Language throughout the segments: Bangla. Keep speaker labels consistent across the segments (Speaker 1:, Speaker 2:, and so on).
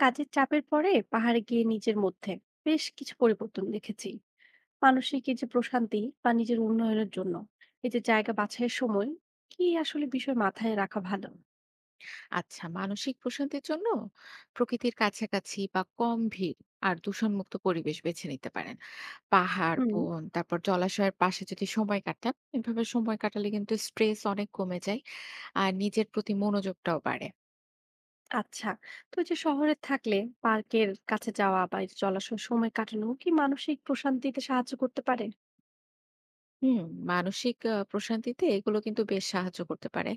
Speaker 1: কাজের চাপের পরে পাহাড়ে গিয়ে নিজের মধ্যে বেশ কিছু পরিবর্তন দেখেছি। মানসিক এই যে প্রশান্তি বা নিজের উন্নয়নের জন্য এই যে জায়গা বাছাইয়ের সময় কি আসলে বিষয় মাথায় রাখা ভালো?
Speaker 2: আচ্ছা, মানসিক প্রশান্তির জন্য প্রকৃতির কাছাকাছি বা কম ভিড় আর দূষণমুক্ত পরিবেশ বেছে নিতে পারেন। পাহাড়,
Speaker 1: হুম।
Speaker 2: বন, তারপর জলাশয়ের পাশে যদি সময় কাটান, এভাবে সময় কাটালে কিন্তু স্ট্রেস অনেক কমে যায়। আর নিজের প্রতি মনোযোগটাও বাড়ে।
Speaker 1: আচ্ছা। তো এই যে শহরে থাকলে পার্কের কাছে যাওয়া বা এই যে জলাশয়ে সময় কাটানো কি মানসিক প্রশান্তিতে সাহায্য করতে পারে?
Speaker 2: হুম, মানসিক প্রশান্তিতে এগুলো কিন্তু বেশ সাহায্য করতে পারে।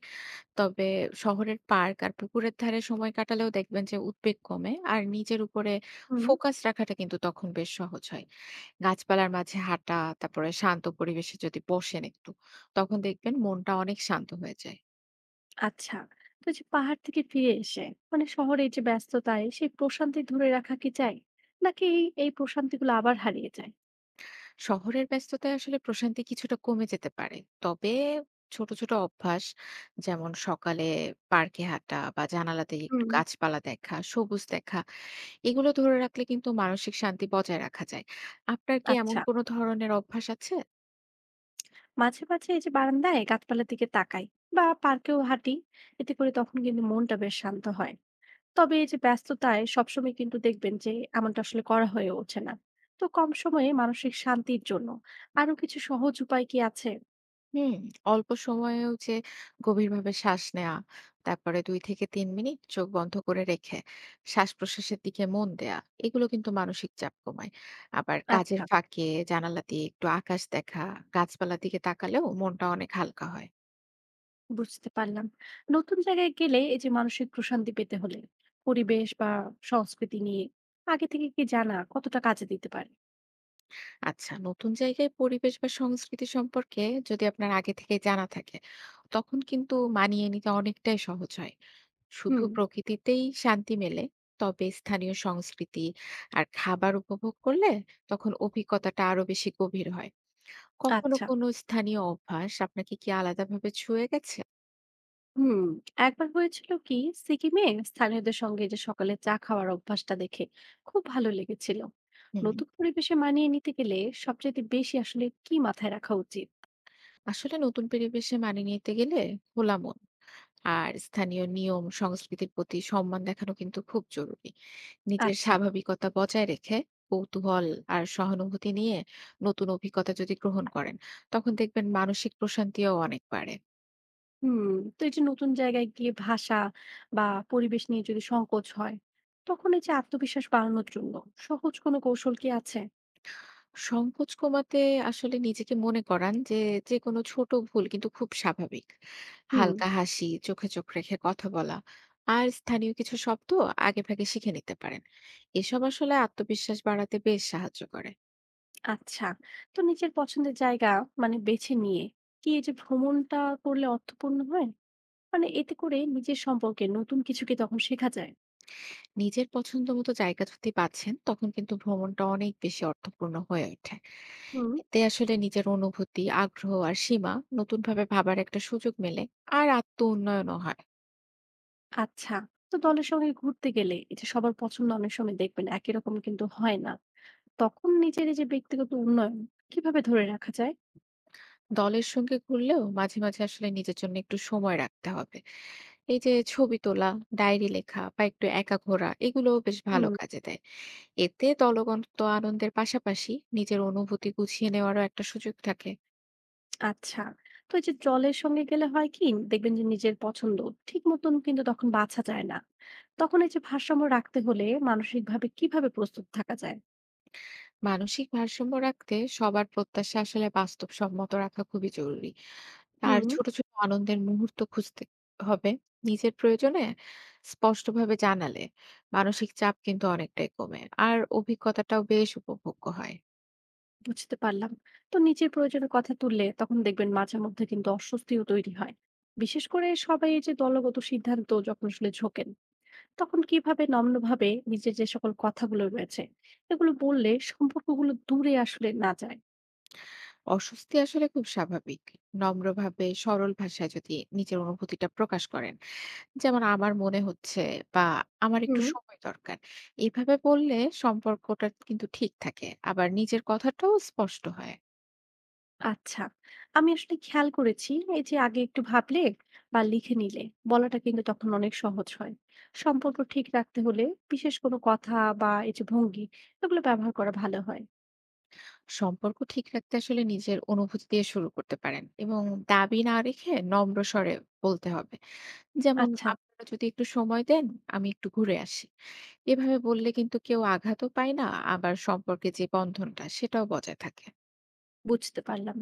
Speaker 2: তবে শহরের পার্ক আর পুকুরের ধারে সময় কাটালেও দেখবেন যে উদ্বেগ কমে আর নিজের উপরে
Speaker 1: হুম।
Speaker 2: ফোকাস রাখাটা কিন্তু তখন বেশ সহজ হয়। গাছপালার মাঝে হাঁটা, তারপরে শান্ত পরিবেশে যদি বসেন একটু, তখন দেখবেন মনটা অনেক শান্ত হয়ে যায়।
Speaker 1: আচ্ছা। তো এই যে পাহাড় থেকে ফিরে এসে মানে শহরে এই যে ব্যস্ততায় সেই প্রশান্তি ধরে রাখা কি চাই, নাকি এই এই প্রশান্তিগুলো আবার হারিয়ে যায়?
Speaker 2: শহরের ব্যস্ততায় আসলে প্রশান্তি কিছুটা কমে যেতে পারে। তবে ছোট ছোট অভ্যাস, যেমন সকালে পার্কে হাঁটা বা জানালা দিয়ে একটু
Speaker 1: হুম।
Speaker 2: গাছপালা দেখা, সবুজ দেখা, এগুলো ধরে রাখলে কিন্তু মানসিক শান্তি বজায় রাখা যায়। আপনার কি এমন
Speaker 1: আচ্ছা।
Speaker 2: কোনো ধরনের অভ্যাস আছে?
Speaker 1: মাঝে মাঝে এই যে বারান্দায় গাছপালার দিকে তাকাই বা পার্কেও হাঁটি, এতে করে তখন কিন্তু মনটা বেশ শান্ত হয়। তবে এই যে ব্যস্ততায় সবসময় কিন্তু দেখবেন যে এমনটা আসলে করা হয়ে ওঠে না। তো কম সময়ে মানসিক শান্তির জন্য আরো কিছু সহজ উপায় কি আছে?
Speaker 2: হুম, অল্প সময়েও যে গভীরভাবে শ্বাস নেওয়া, তারপরে ২-৩ মিনিট চোখ বন্ধ করে রেখে শ্বাস-প্রশ্বাসের দিকে মন দেয়া, এগুলো কিন্তু মানসিক চাপ কমায়। আবার কাজের
Speaker 1: আচ্ছা।
Speaker 2: ফাঁকে জানালা দিয়ে একটু আকাশ দেখা, গাছপালার দিকে তাকালেও মনটা অনেক হালকা হয়।
Speaker 1: বুঝতে পারলাম। নতুন জায়গায় গেলে এই যে মানসিক প্রশান্তি পেতে হলে পরিবেশ বা সংস্কৃতি নিয়ে আগে থেকে কি জানা কতটা কাজে দিতে পারে?
Speaker 2: আচ্ছা, নতুন জায়গায় পরিবেশ বা সংস্কৃতি সম্পর্কে যদি আপনার আগে থেকে জানা থাকে, তখন কিন্তু মানিয়ে নিতে অনেকটাই সহজ হয়। শুধু
Speaker 1: হুম।
Speaker 2: প্রকৃতিতেই শান্তি মেলে, তবে স্থানীয় সংস্কৃতি আর খাবার উপভোগ করলে তখন অভিজ্ঞতাটা আরো বেশি গভীর হয়। কখনো
Speaker 1: আচ্ছা।
Speaker 2: কোনো স্থানীয় অভ্যাস আপনাকে কি আলাদাভাবে ছুঁয়ে গেছে?
Speaker 1: হুম। একবার হয়েছিল কি, সিকিমে স্থানীয়দের সঙ্গে যে সকালে চা খাওয়ার অভ্যাসটা দেখে খুব ভালো লেগেছিল।
Speaker 2: হুম,
Speaker 1: নতুন পরিবেশে মানিয়ে নিতে গেলে সবচেয়ে বেশি আসলে কি মাথায় রাখা উচিত?
Speaker 2: আসলে নতুন পরিবেশে মানিয়ে নিতে গেলে খোলা মন আর স্থানীয় নিয়ম সংস্কৃতির প্রতি সম্মান দেখানো কিন্তু খুব জরুরি। নিজের
Speaker 1: আচ্ছা।
Speaker 2: স্বাভাবিকতা বজায় রেখে কৌতূহল আর সহানুভূতি নিয়ে নতুন অভিজ্ঞতা যদি গ্রহণ করেন, তখন দেখবেন মানসিক প্রশান্তিও অনেক বাড়ে।
Speaker 1: হুম। তো এই যে নতুন জায়গায় গিয়ে ভাষা বা পরিবেশ নিয়ে যদি সংকোচ হয়, তখন এই যে আত্মবিশ্বাস বাড়ানোর জন্য সহজ কোনো কৌশল কি আছে?
Speaker 2: সংকোচ কমাতে আসলে নিজেকে মনে করান যে, যেকোনো ছোট ভুল কিন্তু খুব স্বাভাবিক।
Speaker 1: হুম।
Speaker 2: হালকা হাসি, চোখে চোখ রেখে কথা বলা আর স্থানীয় কিছু শব্দ আগেভাগে শিখে নিতে পারেন। এসব আসলে আত্মবিশ্বাস বাড়াতে বেশ সাহায্য করে।
Speaker 1: আচ্ছা। তো নিজের পছন্দের জায়গা মানে বেছে নিয়ে কি এই যে ভ্রমণটা করলে অর্থপূর্ণ হয়? মানে এতে করে নিজের সম্পর্কে নতুন কিছু কি তখন শেখা যায়?
Speaker 2: নিজের পছন্দ মতো জায়গা যদি বাছেন, তখন কিন্তু ভ্রমণটা অনেক বেশি অর্থপূর্ণ হয়ে ওঠে।
Speaker 1: হুম।
Speaker 2: এতে আসলে নিজের অনুভূতি, আগ্রহ আর সীমা নতুনভাবে ভাবার একটা সুযোগ মেলে, আর আত্ম উন্নয়নও হয়।
Speaker 1: আচ্ছা। তো দলের সঙ্গে ঘুরতে গেলে এই যে সবার পছন্দ অনেক সময় দেখবেন একই রকম কিন্তু হয় না। তখন নিজের এই যে ব্যক্তিগত উন্নয়ন কিভাবে ধরে রাখা যায়?
Speaker 2: দলের সঙ্গে ঘুরলেও মাঝে মাঝে আসলে নিজের জন্য একটু সময় রাখতে হবে। এই যে ছবি তোলা, ডায়েরি লেখা বা একটু একা ঘোরা, এগুলো বেশ ভালো
Speaker 1: হুম।
Speaker 2: কাজে দেয়। এতে দলগত আনন্দের পাশাপাশি নিজের অনুভূতি গুছিয়ে নেওয়ারও একটা সুযোগ থাকে।
Speaker 1: আচ্ছা। তো এই যে দলের সঙ্গে গেলে হয় কি, দেখবেন যে নিজের পছন্দ ঠিক মতন কিন্তু তখন বাছা যায় না। তখন এই যে ভারসাম্য রাখতে হলে মানসিকভাবে কিভাবে প্রস্তুত থাকা যায়?
Speaker 2: মানসিক ভারসাম্য রাখতে সবার প্রত্যাশা আসলে বাস্তবসম্মত রাখা খুবই জরুরি। আর
Speaker 1: হুম।
Speaker 2: ছোট ছোট আনন্দের মুহূর্ত খুঁজতে হবে। নিজের প্রয়োজনে স্পষ্টভাবে জানালে মানসিক চাপ কিন্তু অনেকটাই কমে, আর অভিজ্ঞতাটাও বেশ উপভোগ্য হয়।
Speaker 1: বুঝতে পারলাম। তো নিজের প্রয়োজনের কথা তুললে তখন দেখবেন মাঝে মধ্যে কিন্তু অস্বস্তিও তৈরি হয়, বিশেষ করে সবাই এই যে দলগত সিদ্ধান্ত যখন আসলে ঝোঁকেন, তখন কিভাবে নম্রভাবে নিজের যে সকল কথাগুলো রয়েছে এগুলো বললে সম্পর্কগুলো দূরে আসলে না যায়?
Speaker 2: অস্বস্তি আসলে খুব স্বাভাবিক। নম্রভাবে সরল ভাষায় যদি নিজের অনুভূতিটা প্রকাশ করেন, যেমন আমার মনে হচ্ছে, বা আমার একটু
Speaker 1: হুম।
Speaker 2: সময় দরকার। এভাবে বললে সম্পর্কটা কিন্তু ঠিক থাকে। আবার নিজের কথাটাও স্পষ্ট হয়।
Speaker 1: আচ্ছা। আমি আসলে খেয়াল করেছি এই যে আগে একটু ভাবলে বা লিখে নিলে বলাটা কিন্তু তখন অনেক সহজ হয়। সম্পর্ক ঠিক রাখতে হলে বিশেষ কোনো কথা বা এই যে ভঙ্গি এগুলো ব্যবহার করা ভালো হয়?
Speaker 2: সম্পর্ক ঠিক রাখতে আসলে নিজের অনুভূতি দিয়ে শুরু করতে পারেন, এবং দাবি না রেখে নম্র স্বরে বলতে হবে। যেমন
Speaker 1: আচ্ছা।
Speaker 2: আপনারা যদি একটু সময় দেন, আমি একটু ঘুরে আসি। এভাবে বললে কিন্তু কেউ আঘাতও পায় না, আবার সম্পর্কে যে বন্ধনটা সেটাও বজায় থাকে।
Speaker 1: বুঝতে পারলাম।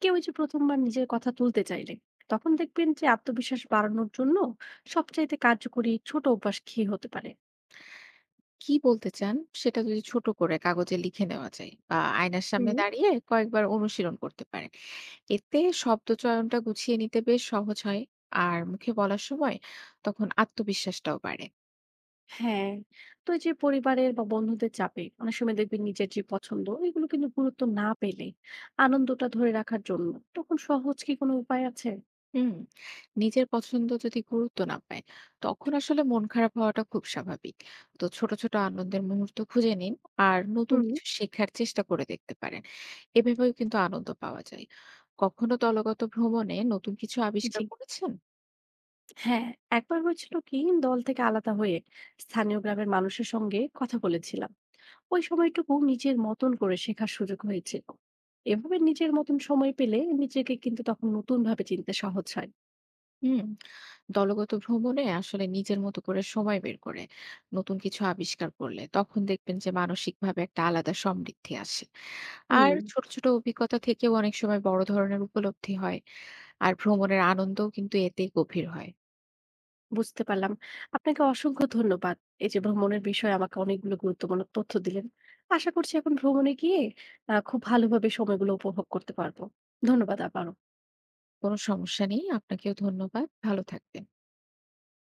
Speaker 1: কেউ এই যে ১ম বার নিজের কথা তুলতে চাইলে, তখন দেখবেন যে আত্মবিশ্বাস বাড়ানোর জন্য সবচাইতে কার্যকরী ছোট অভ্যাস কি হতে পারে?
Speaker 2: কি বলতে চান সেটা যদি ছোট করে কাগজে লিখে নেওয়া যায়, বা আয়নার সামনে
Speaker 1: হুম।
Speaker 2: দাঁড়িয়ে কয়েকবার অনুশীলন করতে পারেন। এতে শব্দ চয়নটা গুছিয়ে নিতে বেশ সহজ হয়, আর মুখে বলার সময় তখন আত্মবিশ্বাসটাও বাড়ে।
Speaker 1: হ্যাঁ, তো এই যে পরিবারের বা বন্ধুদের চাপে অনেক সময় দেখবেন নিজের যে পছন্দ এগুলো কিন্তু গুরুত্ব না পেলে আনন্দটা ধরে রাখার জন্য তখন সহজ কি কোনো উপায় আছে?
Speaker 2: হুম, নিজের পছন্দ যদি গুরুত্ব না পায়, তখন আসলে মন খারাপ হওয়াটা খুব স্বাভাবিক। তো ছোট ছোট আনন্দের মুহূর্ত খুঁজে নিন, আর নতুন
Speaker 1: হুম।
Speaker 2: কিছু শেখার চেষ্টা করে দেখতে পারেন। এভাবেও কিন্তু আনন্দ পাওয়া যায়। কখনো দলগত ভ্রমণে নতুন কিছু আবিষ্কার
Speaker 1: জি।
Speaker 2: করেছেন?
Speaker 1: হ্যাঁ, একবার হয়েছিল কি, দল থেকে আলাদা হয়ে স্থানীয় গ্রামের মানুষের সঙ্গে কথা বলেছিলাম। ওই সময়টুকু নিজের মতন করে শেখার সুযোগ হয়েছিল। এভাবে নিজের মতন সময় পেলে নিজেকে কিন্তু তখন নতুন ভাবে চিনতে সহজ হয়।
Speaker 2: হুম, দলগত ভ্রমণে আসলে নিজের মতো করে সময় বের করে নতুন কিছু আবিষ্কার করলে তখন দেখবেন যে মানসিকভাবে একটা আলাদা সমৃদ্ধি আসে। আর
Speaker 1: হুম।
Speaker 2: ছোট ছোট অভিজ্ঞতা থেকেও অনেক সময় বড় ধরনের উপলব্ধি হয়, আর ভ্রমণের আনন্দও কিন্তু এতেই গভীর হয়।
Speaker 1: বুঝতে পারলাম। আপনাকে অসংখ্য ধন্যবাদ। এই যে ভ্রমণের বিষয়ে আমাকে অনেকগুলো গুরুত্বপূর্ণ তথ্য দিলেন। আশা করছি এখন ভ্রমণে গিয়ে খুব ভালোভাবে সময়গুলো উপভোগ করতে পারবো। ধন্যবাদ আবারও।
Speaker 2: কোনো সমস্যা নেই, আপনাকেও ধন্যবাদ, ভালো থাকবেন।